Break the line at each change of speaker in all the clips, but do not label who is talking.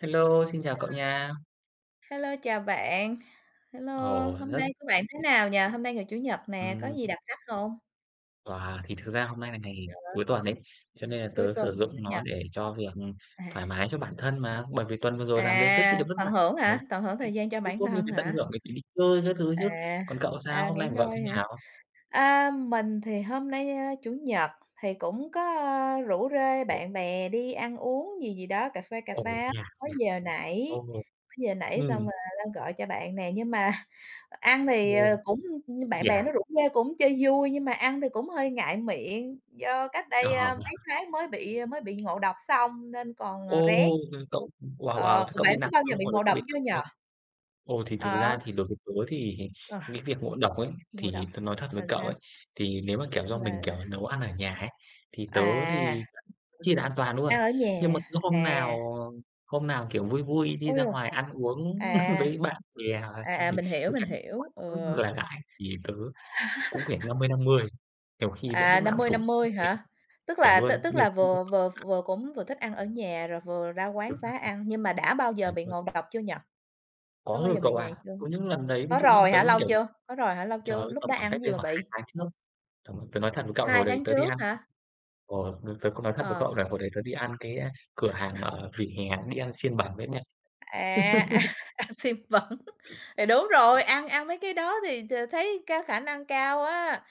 Hello, xin chào cậu nha.
Hello, chào bạn. Hello,
Ồ,
hôm
rất
nay của bạn thế nào nhờ? Hôm nay ngày Chủ nhật nè, có
ừm,
gì đặc sắc không?
wow, thì thực ra hôm nay là ngày cuối tuần đấy, cho nên là
Cuối
tớ
tuần,
sử
Chủ
dụng nó
nhật,
để cho việc
à,
thoải mái cho bản thân mà, bởi vì tuần vừa rồi làm việc rất chi là vất
tận
vả
hưởng hả?
rồi.
Tận hưởng
Thế.
thời gian cho
Cũng
bản
tốt, như
thân
phải tận
hả?
hưởng để đi chơi các thứ chứ.
À,
Còn cậu sao, hôm
nghỉ
nay của cậu
ngơi
thế
hả?
nào?
Mình thì hôm nay, Chủ nhật thì cũng có, rủ rê
Ồ,
bạn bè đi ăn uống gì gì đó, cà phê, cà
ồ,
pháo
thế à,
mới
thế à?
giờ nãy,
Ồ,
mới giờ nãy xong
ừm,
rồi đang gọi cho bạn nè. Nhưng mà ăn thì,
ồ,
cũng bạn
chị
bè
à?
nó rủ rê cũng chơi vui, nhưng mà ăn thì cũng hơi ngại miệng, do cách
Ờ,
đây, mấy tháng mới bị ngộ độc xong nên còn, rén.
ô, cậu wow, wow,
Ờ,
thế cậu
bạn
bị
có
nặng
bao giờ
không?
bị
Hồi đấy
ngộ
cậu
độc
bị nặng
chưa nhỉ?
không? Ồ, thì thực
Ờ,
ra thì đối với tớ thì
ờ,
cái việc ngộ độc ấy,
ngộ độc,
thì tớ nói thật với
là
cậu
sao?
ấy, thì nếu mà, kiểu, do mình,
Là
kiểu, nấu ăn ở nhà ấy, thì tớ
à,
thì chi là an toàn luôn.
ăn ở
Nhưng
nhà,
mà cứ
à.
hôm nào, kiểu, vui vui đi
Ôi
ra
giời!
ngoài ăn uống
À,
với bạn bè thì có
mình
cả những quán
hiểu, ừ,
là lãi, thì tớ cũng phải 50/50, nhiều khi vẫn lúc nào
năm
cũng
mươi
thủ
năm
sẵn
mươi
một cái.
hả? Tức
Chuẩn
là tức
luôn,
tức
nhiều
là
khi
vừa vừa vừa cũng vừa thích ăn ở nhà rồi vừa ra quán
được
xá ăn, nhưng mà đã bao giờ
cái
bị
mà
ngộ độc chưa nhỉ? Có
có
bao
rồi
giờ bị
cậu
vậy
ạ.
chưa?
Có những lần đấy, ví
Có
dụ như là
rồi
tớ,
hả? Lâu
kiểu,
chưa? Có rồi hả? Lâu
trời
chưa?
ơi,
Lúc
tầm
đó
khoảng
ăn cái
cách
gì
đây
mà
khoảng 2
bị?
tháng trước. Ờ, tớ nói thật với cậu hồi
hai
đấy
tháng
tớ đi
trước
ăn.
hả?
Ờ, tớ cũng nói thật với
Ờ.
cậu là hồi đấy tớ đi ăn cái, a, cửa hàng ở vỉa hè, đi ăn xiên bẩn đấy nha.
À, à, xiên bẩn. Thì đúng rồi, ăn ăn mấy cái đó thì thấy cái khả năng cao á.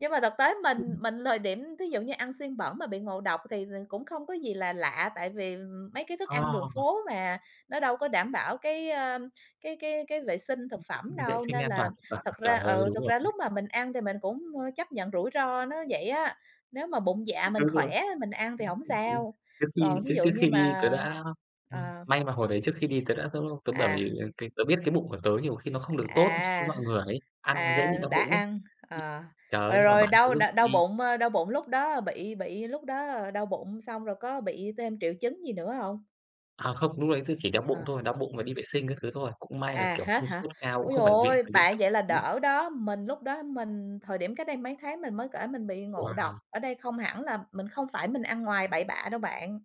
Nhưng mà thực tế mình thời điểm thí dụ như ăn xiên bẩn mà bị ngộ độc thì, cũng không có gì là lạ, tại vì, mấy cái thức ăn đường
À!
phố mà, nó đâu có đảm bảo cái vệ sinh thực phẩm
Vệ
đâu.
sinh
Nên
an
là
toàn thực phẩm,
thật
trời
ra
ơi, đúng
thật
rồi
ra
đấy.
lúc mà mình ăn thì mình cũng, chấp nhận rủi ro nó vậy á. Nếu mà bụng dạ mình
Đúng rồi,
khỏe, mình ăn thì không
ừm,
sao,
trước
còn
khi
thí
trước
dụ
trước
như
khi đi
mà
tớ đã.
ờ,
May mà hồi đấy trước khi đi tớ đã tớ tớ bởi
à.
vì cái tớ biết cái bụng của tớ nhiều khi nó không được tốt so với
À,
mọi người ấy, ăn nó dễ bị đau
đã
bụng ấy.
ăn,
Nhưng
ờ,
trời ơi,
rồi
nhưng mà
rồi
bạn tớ rủ
đau
đi.
bụng, đau bụng lúc đó bị lúc đó đau bụng xong rồi có bị thêm triệu chứng gì nữa hông?
À, không, lúc đấy tớ chỉ đau
Ờ,
bụng thôi, đau bụng và đi vệ sinh các thứ thôi, cũng may là, kiểu,
hết
không
hả?
sốt cao, cũng
Ôi giời
không phải viện
ơi,
phải viện
bạn
cấp
vậy là
cứu.
đỡ đó, mình lúc đó mình thời điểm cách đây mấy tháng mình mới kể mình bị ngộ độc,
Wow!
ở đây không hẳn là mình không phải mình ăn ngoài bậy bạ đâu bạn,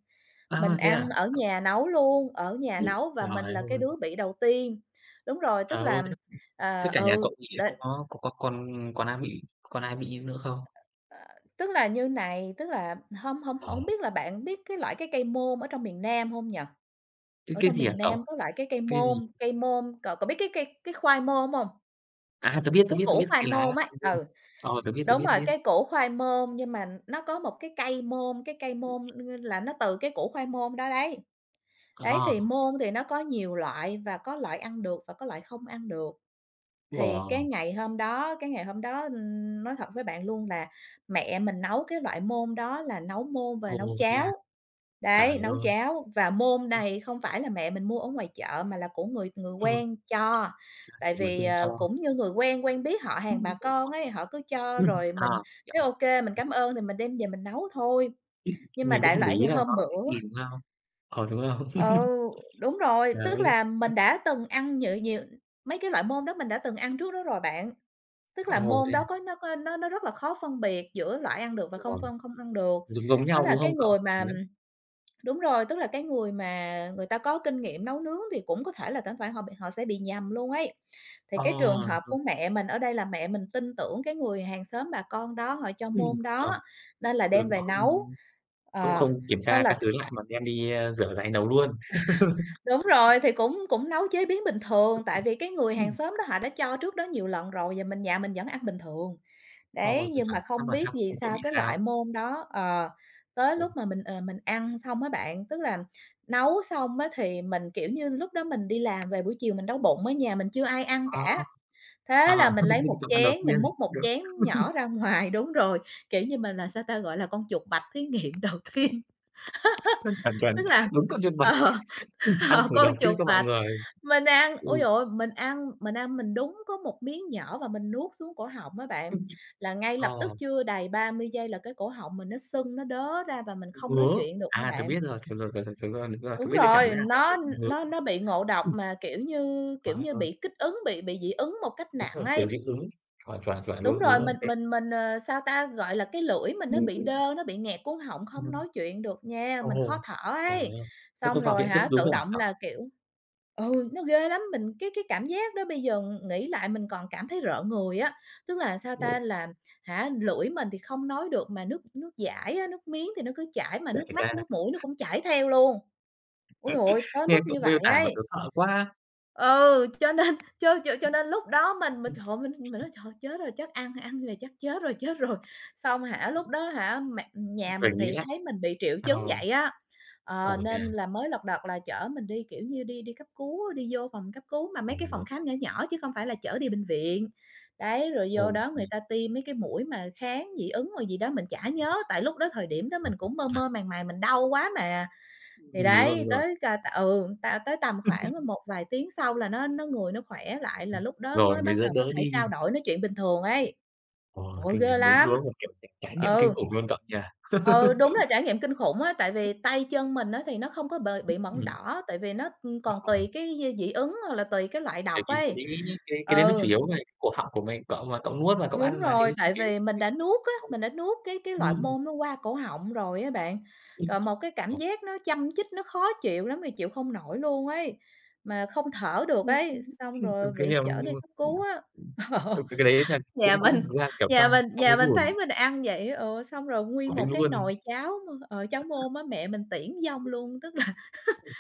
mình
À, thế à?
ăn ở nhà nấu luôn, ở nhà
Ừm,
nấu và
Trời
mình
ơi,
là cái đứa bị đầu tiên. Đúng rồi,
trời
tức là,
ơi, thế thế cả nhà
ừ,
cậu bị
đ
có còn còn ai bị nữa không?
Ờ, tức là như này, tức là không không
Ờ.
không biết là bạn biết cái loại cái cây môn ở trong miền Nam không nhỉ? Ở
Cái
trong
gì hả
miền
cậu?
Nam có loại cái
Cái gì?
cây môn, cậu có biết cái cây cái khoai môn không?
À, tớ biết, tớ
Cái
biết, tớ
củ
biết
khoai
cái lá
môn
hoang
ấy,
vu.
ừ,
Ờ, tớ
đúng
biết,
rồi,
biết.
cái củ khoai môn nhưng mà nó có một cái cây môn là nó từ cái củ khoai môn đó đấy. Đấy,
Ờ.
thì môn thì nó có nhiều loại và có loại ăn được và có loại không ăn được. Thì cái
Wow!
ngày hôm đó cái ngày hôm đó, nói thật với bạn luôn là mẹ mình nấu cái loại môn đó là nấu môn về
Ô,
nấu
thế à?
cháo,
Trời
đấy, nấu
ơi,
cháo. Và môn này không phải là mẹ mình mua ở ngoài chợ mà là của người người
ừ,
quen cho, tại
người
vì,
quên cho.
cũng như người quen, quen biết họ hàng bà con ấy, họ cứ cho
Ừm,
rồi
à,
mình thấy
kiểu,
ok mình cảm ơn thì mình đem về mình nấu thôi. Nhưng mà
mình cũng
đại
không để
loại như
ý là nó
hôm
là cái
bữa
gì, đúng không? Ờ, đúng không?
ừ, đúng rồi,
Trời
tức
ơi, đấy,
là
đấy.
mình đã từng ăn nhự nhiều mấy cái loại môn đó mình đã từng ăn trước đó rồi bạn. Tức là
Ồ,
môn
thế à?
đó có nó rất là khó phân biệt giữa loại ăn được và không
Rồi,
phân không ăn được.
giống giống
Tức
nhau,
là
đúng
cái
không cậu?
người mà
Đấy.
đúng rồi, tức là cái người mà người ta có kinh nghiệm nấu nướng thì cũng có thể là thỉnh thoảng họ sẽ bị nhầm luôn ấy. Thì cái trường hợp
Ờ,
của mẹ mình ở đây là mẹ mình tin tưởng cái người hàng xóm bà con đó, họ cho môn
trời,
đó, nên là
rồi
đem
cũng
về
không.
nấu.
Cũng
Ờ,
không kiểm
nên
tra
là
các thứ lại mà đem đi, ơ, rửa ráy nấu luôn.
đúng rồi, thì cũng cũng nấu chế biến bình thường, tại vì cái người hàng
Ừm.
xóm đó họ đã cho trước đó nhiều lần rồi và nhà mình vẫn ăn bình thường.
Ôi
Đấy,
trời,
nhưng
chuẩn,
mà
xong
không
là
biết
sao cũng
vì
cùng không
sao
bị
cái
sao.
loại môn đó, tới
Ồ,
lúc mà mình, mình ăn xong á bạn, tức là nấu xong á thì mình, kiểu như, lúc đó mình đi làm về buổi chiều mình đói bụng ở nhà mình chưa ai ăn
ờ,
cả. Thế là mình lấy một
cậu ăn đầu
chén, mình
tiên,
múc một
đúng,
chén nhỏ ra ngoài đúng rồi, kiểu như, mình là, sao ta, gọi là, con chuột bạch thí nghiệm đầu tiên.
chuẩn, chuẩn,
Tức là
đúng cậu chuyên mạch,
ờ.
ăn
Ờ,
thử đầu
con
trước
chuột
cho mọi
vạch.
người.
Mình ăn
Ừ,
ôi giời ơi, mình ăn mình đúng có một miếng nhỏ và mình nuốt xuống cổ họng á bạn, là ngay lập tức
ờ,
chưa đầy 30 giây là cái cổ họng mình nó sưng, nó đớ ra và mình không nói
ngứa,
chuyện được nha
à, tớ
bạn.
biết rồi, tớ rồi, rồi, rồi, tớ rồi, đúng rồi, tớ
Đúng
biết cái cảm
rồi,
giác là cậu ấy
nó
cũng ngứa
nó
rồi.
nó bị ngộ độc
Ừm,
mà, kiểu
Trời
như,
ơi,
bị kích ứng, bị dị ứng một cách
đúng
nặng
rồi,
ấy.
kiểu dị ứng, chuẩn, chuẩn, chuẩn
Đúng
luôn, đúng
rồi,
rồi
mình
đấy.
mình mình, ờ, sao ta, gọi là, cái lưỡi mình nó
Ừm,
bị đơ, nó bị nghẹt cuống họng, không
ừm,
nói chuyện được nha, mình khó
ồ,
thở
Trời
ấy.
ơi, thế có
Xong
vào
rồi
viện cấp
hả,
cứu
tự
không hả
động
cậu?
là, kiểu ừ, nó ghê lắm, mình cái cảm giác đó bây giờ nghĩ lại mình còn cảm thấy rợn người á. Tức là, sao ta,
Ồ,
là hả, lưỡi mình thì không nói được mà nước nước dãi á, nước miếng thì nó cứ chảy, mà nước
kể ra
mắt, nước mũi nó cũng chảy theo luôn. Ui Ôi giời tới
nghe
mức
cậu
như
miêu
vậy
tả mà
ấy.
tớ sợ quá.
Ừ, cho nên cho nên lúc đó
Ừm,
trời mình nói: "Trời chết rồi, chắc ăn ăn là chắc chết rồi, chết rồi." Xong hả, lúc đó hả, mẹ nhà
Phải
mình
nghĩ.
thì thấy mình bị triệu
Ờ,
chứng vậy á,
ồ, thế
nên
à?
là mới lật đật là chở mình đi, kiểu như, đi đi cấp cứu, đi vô phòng cấp cứu mà mấy cái phòng
Ồ,
khám nhỏ nhỏ chứ không phải là chở đi bệnh viện. Đấy, rồi vô
ồ,
đó người
nha.
ta tiêm mấy cái mũi mà kháng dị ứng rồi gì đó mình chả nhớ, tại lúc đó thời điểm đó mình
Ừm,
cũng mơ mơ màng màng, mình đau quá mà. Thì
Đúng rồi, đúng
đấy,
rồi.
tới cà t ừ, ta tới tầm khoảng một vài tiếng sau là nó người nó khỏe lại, là
Ừm,
lúc đó mới
Rồi
bắt
mới đỡ
đầu có
đỡ
thể
đi.
trao đổi, nói chuyện bình thường ấy.
Ồ,
Trời ơi,
kinh thật,
ghê
đúng
lắm!
đúng là, kiểu, trải trải nghiệm kinh
Ừ,
khủng luôn cậu nhỉ?
ừ, đúng là trải nghiệm kinh khủng á, tại vì tay chân mình á thì nó không có bề bị mẩn
Ừm,
đỏ, tại vì nó, còn
ờ,
tùy cái dị ứng hoặc là tùy cái loại độc
bởi vì cái
ấy.
đấy, cái đấy nó
Ừ.
chủ yếu về cổ họng của mình, cậu mà cậu nuốt và cậu
Đúng
ăn mà thì
rồi,
nó chủ
tại
yếu
vì mình đã nuốt á, mình đã nuốt cái loại
ừm,
môn nó qua cổ họng rồi á bạn.
ừm,
Rồi một cái cảm giác nó châm chích, nó khó chịu lắm thì chịu không nổi luôn ấy, mà không thở được ấy,
đúng
xong rồi
cái
bị
điều
chở
nhưng
đi
mà
cấp cứu á.
thực
Ờ,
cái đấy là
nhà
cũng cũng
mình
thực ra, kiểu,
nhà
trong
mình
trong
nhà
cái
mình
guồng
thấy mình ăn vậy, ừ, xong rồi nguyên
của
một
đấy
cái
luôn.
nồi cháo cháo môn á, mẹ mình tiễn vong luôn, tức là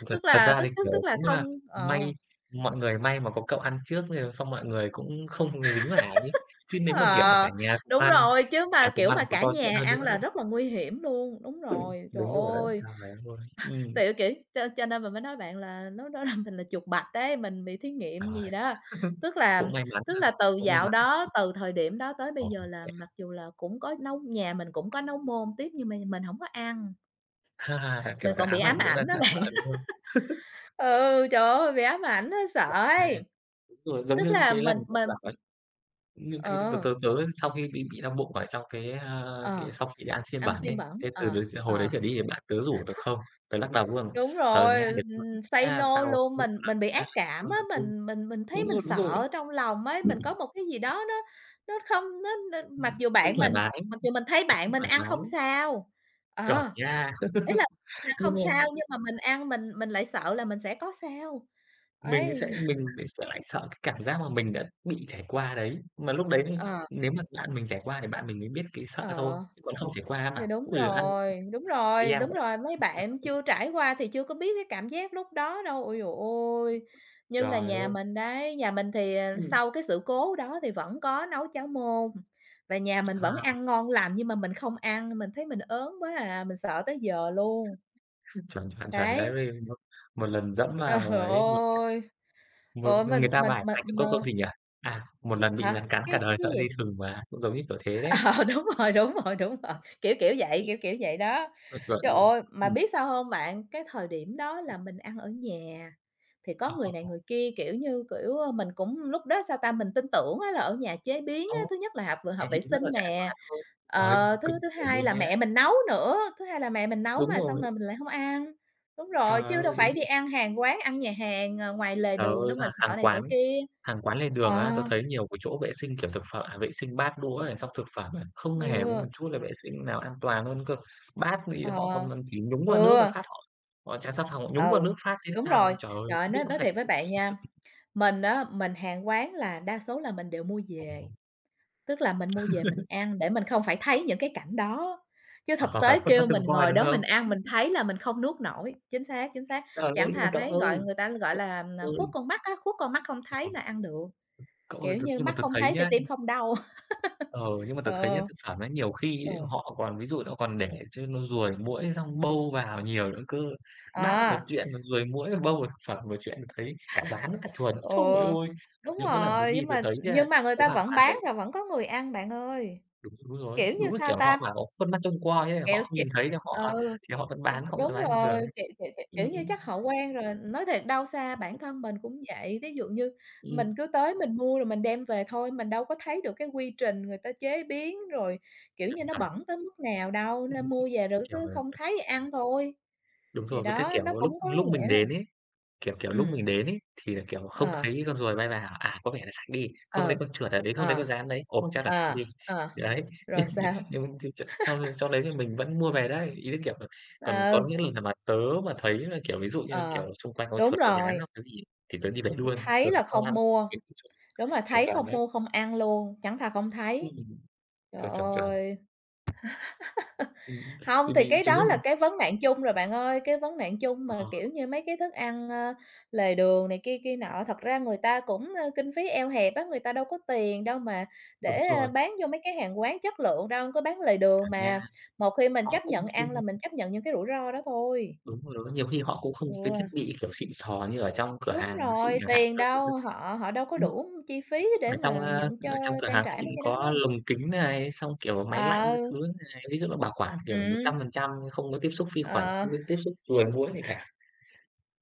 Thật
tức
thật
là
ra
tức
thì,
tức
kiểu,
tức là
cũng là
không ờ.
may, mọi người may mà có cậu ăn trước nên xong mọi người cũng không dính phải ấy. Chứ nếu mà, kiểu, cả
Ờ, đúng rồi, chứ mà,
nhà cùng
kiểu,
ăn
mà
còn
cả
to chuyện
nhà
hơn
ăn
nữa
là
đấy.
rất là nguy hiểm luôn, đúng rồi, trời
Đúng rồi đấy,
ơi,
trời ơi,
tiểu kiểu, cho nên mình mới nói bạn là nó làm mình là chuột bạch đấy, mình bị thí nghiệm gì
trời.
đó. Tức là
Cũng may mắn
tức
là,
là từ
cũng may
dạo
mắn là chỉ
đó, từ thời điểm đó tới bây
có
giờ
một
là
cái.
mặc dù là cũng có nấu nhà mình cũng có nấu môn tiếp nhưng mà mình hổng có ăn,
Ha ha,
mình
kiểu, là
còn bị
ám ảnh
ám
cũng đang
ảnh đó
sợ sợ,
bạn.
đúng không?
Ừ, trời ơi, bị ám ảnh á, sợ ấy,
Đúng rồi, giống
tức
như
là
cái lần cậu bảo. Những cái tớ
ờ,
tớ tớ sau khi bị đau bụng ở trong cái, a,
ờ,
cái sau khi ăn xiên
ăn
bẩn ấy,
xiên bẩn,
thế từ đấy hồi đấy trở đi thì bạn tớ rủ tớ không, tớ lắc đầu luôn:
Đúng
"Ờ,
rồi,
nha, được rồi
say
nhá,
no
tao
luôn,
nhịn
mình
lần
mình bị
đã."
ác cảm
Ờ.
á,
Đúng rồi,
mình thấy
đúng
mình
rồi, đúng rồi.
sợ trong lòng ấy, mình có một cái gì đó nó không nó nó mặc dù
Không
bạn
thoải
mình
mái,
mặc dù mình thấy
nó
bạn
không
mình
thoải
ăn không
mái.
sao, ờ,
Chuẩn nha.
ý là ăn
Nhưng
không sao
mà
nhưng mà mình ăn mình lại sợ là mình sẽ có sao,
mình
ấy,
sẽ, mình sẽ lại sợ cái cảm giác mà mình đã bị trải qua đấy, mà lúc đấy thì
ờ,
nếu mà bạn mình trải qua thì bạn mình mới biết cái sợ thôi,
ờ.
chứ còn không trải qua
Thì
bảo:
đúng
"Ôi giời, ăn
rồi, đúng rồi,
riêng
đúng
quá."
rồi, mấy bạn chưa trải qua thì chưa có biết cái cảm giác lúc đó đâu. Ôi giời ôi! Như là
Trời
nhà
ơi!
mình đấy, nhà mình thì,
Ừm.
sau cái sự cố đó thì vẫn có nấu cháo môn, và nhà mình vẫn
À.
ăn ngon lành nhưng mà mình không ăn, mình thấy mình ớn quá à, mình sợ tới giờ luôn.
Chuẩn, chuẩn, chuẩn đấy,
Đấy,
vì một, một lần dẫm
trời
vào ấy, một, kiểu,
ơi!
một
Ôi mình
người ta
mình
bài
mình
hay
mà
có câu gì nhỉ? À, "Một lần bị
hả?
rắn cắn cả
Cái
đời
cái
sợ gì
gì?
thừng" mà, cũng giống như kiểu thế đấy,
Ờ, đúng rồi, đúng rồi, đúng rồi, kiểu, kiểu vậy đó.
chuẩn, chuẩn
Trời
luôn.
ơi, mà
Ừm,
biết sao hông bạn? Cái thời điểm đó là mình ăn ở nhà, thì có
ờ,
người này
ờ,
người kia, kiểu như, kiểu, ơ, mình cũng lúc đó, sao ta, mình tin tưởng á là ở nhà chế biến á,
ô,
thứ nhất là hợp vừa
thế
hợp
chị
vệ
cũng rất là
sinh
trẻ con
nè,
luôn. Trời ơi, cực
thứ thứ
kỳ chuẩn
hai
luôn
là
nha.
mẹ mình nấu nữa, thứ hai là mẹ mình nấu
Đúng
mà xong
rồi,
rồi mình lại hông ăn. Đúng rồi, chứ
trời
đâu
ơi, đúng
phải đi
rồi.
ăn hàng quán, ăn nhà hàng, ngoài lề
Trời
đường
ơi,
đâu mà
là hàng
sợ này sợ
quán.
kia.
Hàng quán lề
Ờ,
đường á, tớ thấy nhiều cái chỗ vệ sinh, kiểu, thực phẩm à, vệ sinh bát đũa này, xong thực phẩm này, không hề có
ừ,
một chút là vệ sinh nào an toàn luôn cơ. Bát thì họ
ờ,
còn chỉ nhúng qua nước một
ừ.
phát, họ họ chả xà phòng, họ nhúng qua
Ừ,
nước phát thế
đúng
sao
rồi.
trời ơi,
Trời ơi,
không biết
nói
có
nói
sạch
thiệt với bạn nha, mình á, mình hàng quán là đa số là mình đều mua
không.
về, tức là mình mua về mình ăn để mình không phải thấy những cái cảnh đó, chứ thực
Ờ,
tế
không có
kêu
trông
mình
coi,
ngồi
đúng
đó
không?
mình ăn mình thấy là mình không nuốt nổi. Chính xác,
Trời ơi,
chẳng
nhưng mà
thà thấy gọi người ta gọi
cậu
là, à,
ơi,
"khuất con mắt" á, khuất con mắt không
ờ,
thấy là ăn được,
cậu ơi,
kiểu
thực
như,
nhưng mà
mắt
tớ
không
thấy
thấy thì
nhá,
tim không đau.
ờ, nhưng mà tớ thấy
Ờ,
nhá, thực phẩm ấy, nhiều
ờ
khi họ còn ví dụ nó còn để cho nó ruồi muỗi xong bâu vào nhiều nữa cơ. Bát là một
à,
chuyện, mà ruồi muỗi và bâu vào thực phẩm một chuyện, tớ thấy cả gián cả chuồn,
ừ,
trời ơi! Có
đúng
những cái lần tớ
rồi,
đi
nhưng
tớ
mà
thấy nha,
nhưng mà người
tớ
ta
vào
vẫn
quán
bán
đấy,
và vẫn có người ăn bạn ơi.
đúng, đúng rồi,
Kiểu như,
đúng là,
sao
kiểu, họ
ta?
bảo khuôn mắt trông coi ấy, họ
Kiểu,
không
kiểu
nhìn thấy đâu, họ
ừ,
thì họ vẫn
đúng
bán bình thường
rồi,
ấy.
kiểu, kiểu, kiểu, kiểu
Ừm.
như, chắc họ quen rồi. Nói thiệt đâu xa bản thân mình cũng vậy, ví dụ như mình
Ừm,
cứ tới mình mua rồi mình đem về thôi, mình đâu có thấy được cái quy trình người ta chế biến rồi, kiểu
Chuẩn,
như, nó
chuẩn.
bẩn tới mức nào đâu, nên
Ừm,
mua về rồi cứ
Kiểu,
không thấy ăn thôi.
đúng
Thì
rồi, với cái,
đó, nó
kiểu, lúc
cũng có
lúc mình
nghĩa là.
đến ấy. Kiểu, kiểu, lúc
Ừm,
mình đến ấy, thì là, kiểu, không
ờ,
thấy con ruồi bay vào, à, có vẻ là sạch đi, không thấy
ờ,
con chuột ở đấy, không thấy
ờ,
con gián đấy, ồ, chắc là sạch
ờ,
đi.
ờ,
Đấy,
rồi
nhưng nhưng
sao?
nhưng nhưng ch sau sau đấy thì mình vẫn mua về đấy, ý là, kiểu, còn có
Ừ,
những lần mà tớ mà thấy là, kiểu, ví dụ như,
ờ,
kiểu, xung quanh có
đúng
chuột, có gián
rồi,
hoặc cái gì thì tớ đi về luôn, tớ
thấy
sẽ
là
không
không
ăn
mua.
cái chuột,
Đúng rồi,
chuột
thấy
vàng
không
đấy.
mua không ăn luôn, chẳng thà không thấy.
Ừm,
Trời
Chuẩn, chuẩn, chuẩn.
ơi!
Ừm,
Hông,
thì
thì
thì
cái
thì
đó
nếu
là
mình
cái vấn nạn chung rồi bạn ơi, cái vấn nạn chung
ờ,
mà, kiểu như, mấy cái thức ăn, ơ, lề đường này kia kia nọ. Thật ra người ta cũng, ơ, kinh phí eo hẹp á, người ta đâu có tiền đâu mà
đúng
để, a,
rồi,
bán vô mấy cái hàng quán chất lượng đâu, cứ bán lề đường
chuẩn nha,
mà. Một khi mình
họ
chấp
cũng
nhận ăn là mình chấp nhận những cái rủi ro đó thôi.
đúng rồi, đó nhiều khi họ cũng không cái
Ừ,
thiết bị, kiểu, xịn sò như ở trong cửa
đúng
hàng xịn
rồi,
chẳng hạn.
tiền đâu, họ họ đâu có
Đúng rồi,
đủ chi phí để
ở trong,
mà
a,
nhận cho
ở trong cửa
trang
hàng
trải
xịn
mấy cái đó.
có lồng kính này, xong, kiểu, máy lạnh
Ờ,
các thứ này, ví dụ là bảo quản, kiểu, một
ừm.
trăm phần trăm không có tiếp xúc vi khuẩn,
Ờ,
không có tiếp xúc ruồi muỗi gì cả.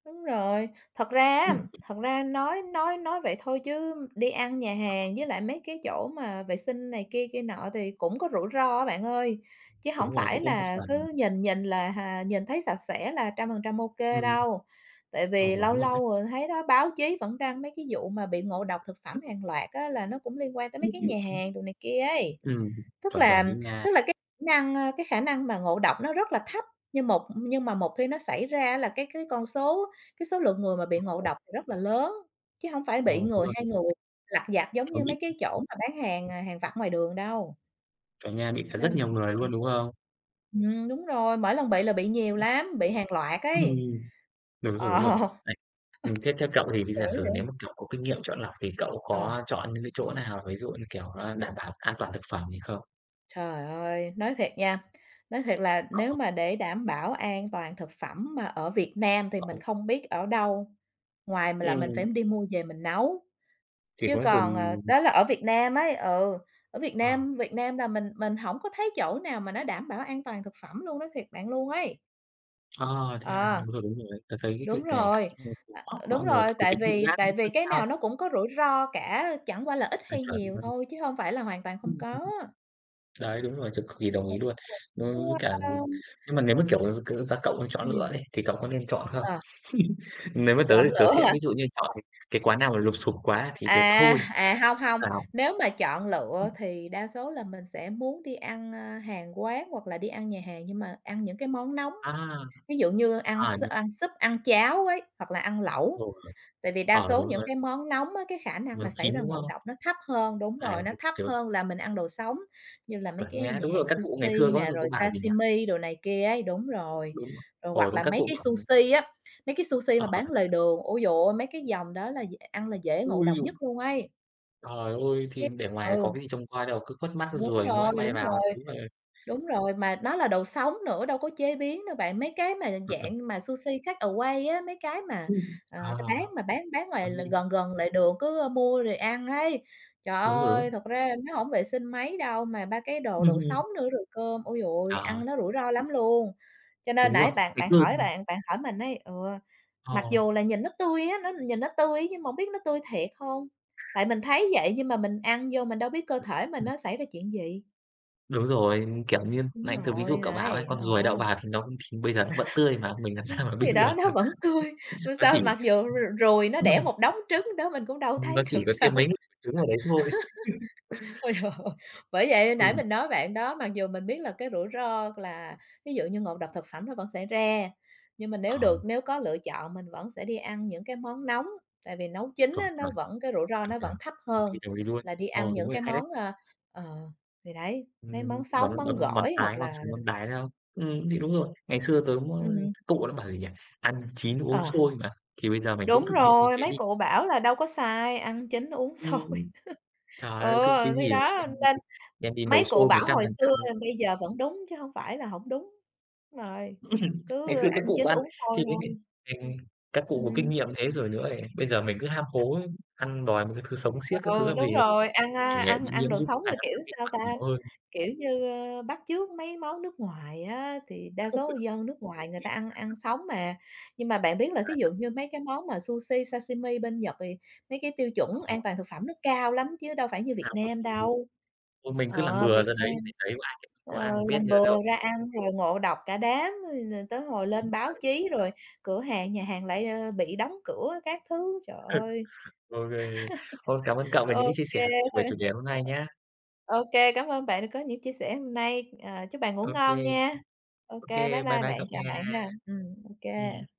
đúng rồi. Thật ra á,
Ừm.
thật ra nói vậy thôi chứ đi ăn nhà hàng với lại mấy cái chỗ mà vệ sinh này kia kia nọ thì cũng có rủi ro á bạn ơi, chứ hổng
Đúng rồi,
phải
cũng có một
là
phần,
cứ nhìn nhìn là hà nhìn thấy sạch sẽ là 100% ô kê
ừm,
đâu. Tại
ờ,
vì lâu
đúng rồi đấy.
lâu rồi thấy đó, báo chí vẫn đăng mấy cái vụ mà bị ngộ độc thực phẩm hàng loạt á, là nó cũng liên quan tới mấy cái nhà hàng đồ này kia ấy.
Ừm,
Tức
Chuẩn,
là
chuẩn đi nha.
tức là cái khả năng, ơ, cái khả năng mà ngộ độc nó rất là thấp, nhưng mà một khi nó xảy ra á là cái số lượng người mà bị ngộ
Ờ,
độc thì rất là lớn, chứ hông phải
ờ,
bị
đúng
người,
rồi,
2 người lặt vặt giống
chó
như
bị,
mấy cái chỗ mà bán hàng, à, hàng vặt ngoài đường đâu,
chó nhà bị cả
nên
rất
là.
nhiều người
Ừm,
luôn, đúng không?
Đúng rồi, mỗi lần bị là bị nhiều lắm, bị hàng loạt
Ừm,
ấy.
Đúng rồi, đúng rồi.
Ờ,
Đấy, thế theo cậu thì bây
kiểu
giả sử
vậy,
nếu mà cậu có kinh nghiệm chọn lọc thì cậu
ờ.
có chọn những cái chỗ nào, ví dụ như, kiểu, a, đảm bảo an toàn thực phẩm gì không?
Trời ơi, nói thiệt nha, nói thiệt là
Có,
nếu mà để đảm bảo an toàn thực phẩm mà ở Việt Nam thì mình
có.
không biết ở đâu, ngoài mà là mình
Ừm.
phải đi mua về mình nấu,
Chỉ
chứ
có dồn
còn, ờ, đó là ở Việt Nam ấy, ừ, ở Việt
ờ,
Nam Việt Nam là mình hổng có thấy chỗ nào mà nó đảm bảo an toàn thực phẩm luôn, nói thiệt bạn luôn ấy.
ờ, thế à?
Ờ,
Đúng rồi đấy. Tớ thấy cái
đúng
việc này
rồi,
cũng cũng
ờ,
hóc
đúng
mọi người
rồi,
cái
tại
tính tự
vì
giác cũng
tại
chưa
vì cái
cao,
nào nó cũng có rủi ro cả, chẳng qua là ít
là
hay
chuẩn
nhiều
rồi.
thôi chứ hông phải là hoàn toàn không có.
Đấy, đúng rồi, tớ cực kỳ đồng ý luôn.
Chứ,
Với cả
ơ
nhưng mà nếu mà, kiểu, kiểu, ra cậu mà chọn lựa
ừm,
đi, thì cậu có nên chọn không?
ờ.
Nếu mà tớ
Chọn
thì tớ
lựa
sẽ
hả?
ví dụ như chọn cái quán nào mà lụp xụp quá thì tớ
À,
thôi
à, hông,
không
hông,
vào.
nếu mà chọn lựa thì đa số là mình sẽ muốn đi ăn, a, hàng quán hoặc là đi ăn nhà hàng nhưng mà ăn những cái món nóng,
À,
ví dụ như
à,
ăn súp, ăn cháo ấy, hoặc là ăn lẩu.
đúng rồi,
Tại vì đa
ờ,
số
đúng
những
rồi
cái
đấy,
món nóng á, cái khả năng mà
nấu
xảy
chín,
ra
đúng
ngộ
không?
độc nó thấp hơn đúng
À,
rồi, nó
cái
thấp
kiểu,
hơn là mình ăn đồ sống, như là mấy
chuẩn
cái
nha.
nhà
Đúng rồi,
hàng
các cụ ngày xưa
sushi
có
nè,
có
rồi
bảo gì nhỉ?
sashimi đồ này kia ấy, đúng rồi.
Đúng rồi,
Rồi
ờ,
hoặc
đúng,
là
các
mấy
cụ
cái
bảo,
sushi á, mấy cái sushi mà
ờ,
bán lề đường, ôi giời ơi, mấy cái dòng đó là d ăn là dễ ngộ
ui
độc
giời.
nhất luôn ấy.
Trời ơi,
Cái
thì để ngoài có
ừ,
cái gì trông coi đâu, cứ khuất mắt
đúng
ruồi
rồi,
muỗi bay
đúng
vào các
rồi.
thứ.
Đúng rồi, mà nó là đồ sống nữa, đâu có chế biến đâu bạn. Mấy cái mà dạng mà sushi takeaway á, mấy cái mà, ờ, ta
Ờ,
bán mà bán ngoài
đúng đi,
là gần gần lại đường cứ, mua rồi ăn ấy. Trời
đúng rồi,
ơi,
đúng.
thật ra nó hổng vệ sinh mấy đâu, mà ba cái đồ
Ừm,
đồ
ừm,
sống nữa rồi cơm, ôi giời ơi,
ờ,
ăn nó rủi ro lắm luôn. Cho nên
đúng rồi,
nãy
ngày xưa thì
bạn bạn hỏi mình ấy, ừ,
ờ,
mặc dù là nhìn nó tươi á, nó nhìn nó tươi nhưng mà hổng biết nó tươi thiệt hông? Tại mình thấy vậy nhưng mà mình ăn vô mình đâu biết cơ thể mình
ừm,
nó xảy ra chuyện gì.
đúng rồi, kiểu như,
Đúng
nãy tớ ví dụ
rồi,
cậu bảo ấy,
đấy,
con
ờ,
ruồi đậu vào thì nó cũng thì bây giờ nó vẫn tươi mà, mình làm sao mà biết
thì đó, nó
được,
vẫn tươi, mà
nó
sao
chỉ
mặc dù ruồi nó đẻ
ừm,
một đống trứng đó mình cũng đâu
nó
thấy được
chỉ có thêm
đâu.
mấy trứng ở đấy thôi.
Ôi trời ơi! Bởi vậy nãy
Ừm,
mình nói bạn đó, mặc dù mình biết là cái rủi ro là ví dụ như ngộ độc thực phẩm nó vẫn xảy ra, nhưng mà
ờ,
nếu có lựa chọn mình vẫn sẽ đi ăn những cái món nóng, tại vì nấu chín
chuẩn,
á, nó
chuẩn,
vẫn cái rủi ro
chuẩn,
nó
chuẩn,
vẫn thấp
cực
hơn
kỳ đồng ý luôn.
là đi
Ờ,
ăn
đúng
những
rồi,
cái
hay đấy.
món, ờ, ờ, thì đấy, mấy món
Đó
sống,
đó
món
là món
gỏi hoặc
tái, món
là
sống món tái, đúng không? Thì đúng rồi, ngày xưa tớ cũng, ơ,
ừm,
cụ nó bảo gì nhỉ? "Ăn chín
ờ.
uống sôi" mà, thì bây giờ mình cũng
Đúng
thực hiện như
rồi,
thế
mấy
đi.
cụ bảo là đâu có sai, ăn chín uống sôi.
Ừm, Trời
Ừ,
ơi, cứ cái
thì
gì mà
đó,
đem đi,
nên
đem đi nấu
mấy cụ
sôi một
bảo
trăm
hồi
phần trăm
xưa
đấy.
bây giờ vẫn đúng chứ hông phải là hổng đúng. Rồi,
Ngày
cứ
xưa các
ăn
cụ
chín
có ăn,
uống sôi
thì đấy nhỉ,
thôi.
ừm, các cụ có kinh
Ừm.
nghiệm thế rồi nữa này, bây giờ mình cứ ham hố ấy, ăn đòi một cái thứ sống xiếc các thứ
Ừ,
làm
đúng
gì,
rồi, ăn,
để
a, ăn
bị
ăn
nhiễm
đồ
run
sống
sán
là, kiểu,
các vi
sao
khuẩn nhiều
ta,
hơn,
kiểu như, ơ, bắt chước mấy món nước ngoài á, thì đa số dân nước ngoài người ta ăn ăn sống mà. Nhưng mà bạn biết là thí dụ
là
như mấy cái món mà sushi, sashimi bên Nhật thì mấy cái tiêu
ờ,
chuẩn an toàn thực phẩm nó cao lắm chứ đâu phải như Việt
tao cực
Nam
kỳ luôn.
đâu.
Thôi mình cứ làm
Ờ,
bừa
Việt
ra đấy,
Nam
để đấy có ai, có
ờ,
ai mà biết
làm
nữa đâu.
bừa ra ăn rồi ngộ độc cả đám, rồi rồi tới hồi lên
Ừm,
báo
đấy.
chí rồi cửa hàng, nhà hàng lại, ơ, bị đóng cửa các thứ, trời ơi.
OK. Ô, cảm ơn cậu về những
Ô
cái chia
kê
sẻ về
thôi.
chủ đề hôm
Ờ.
nay nhá.
Ô kê, cảm ơn bạn đã có những chia sẻ hôm nay. Ờ, chúc bạn ngủ ngon
OK,
nha. Ô
OK,
kê, bye
bye
bye
bye
bạn,
cậu
chào bạn
nha.
ha. Ô kê.
Ừm.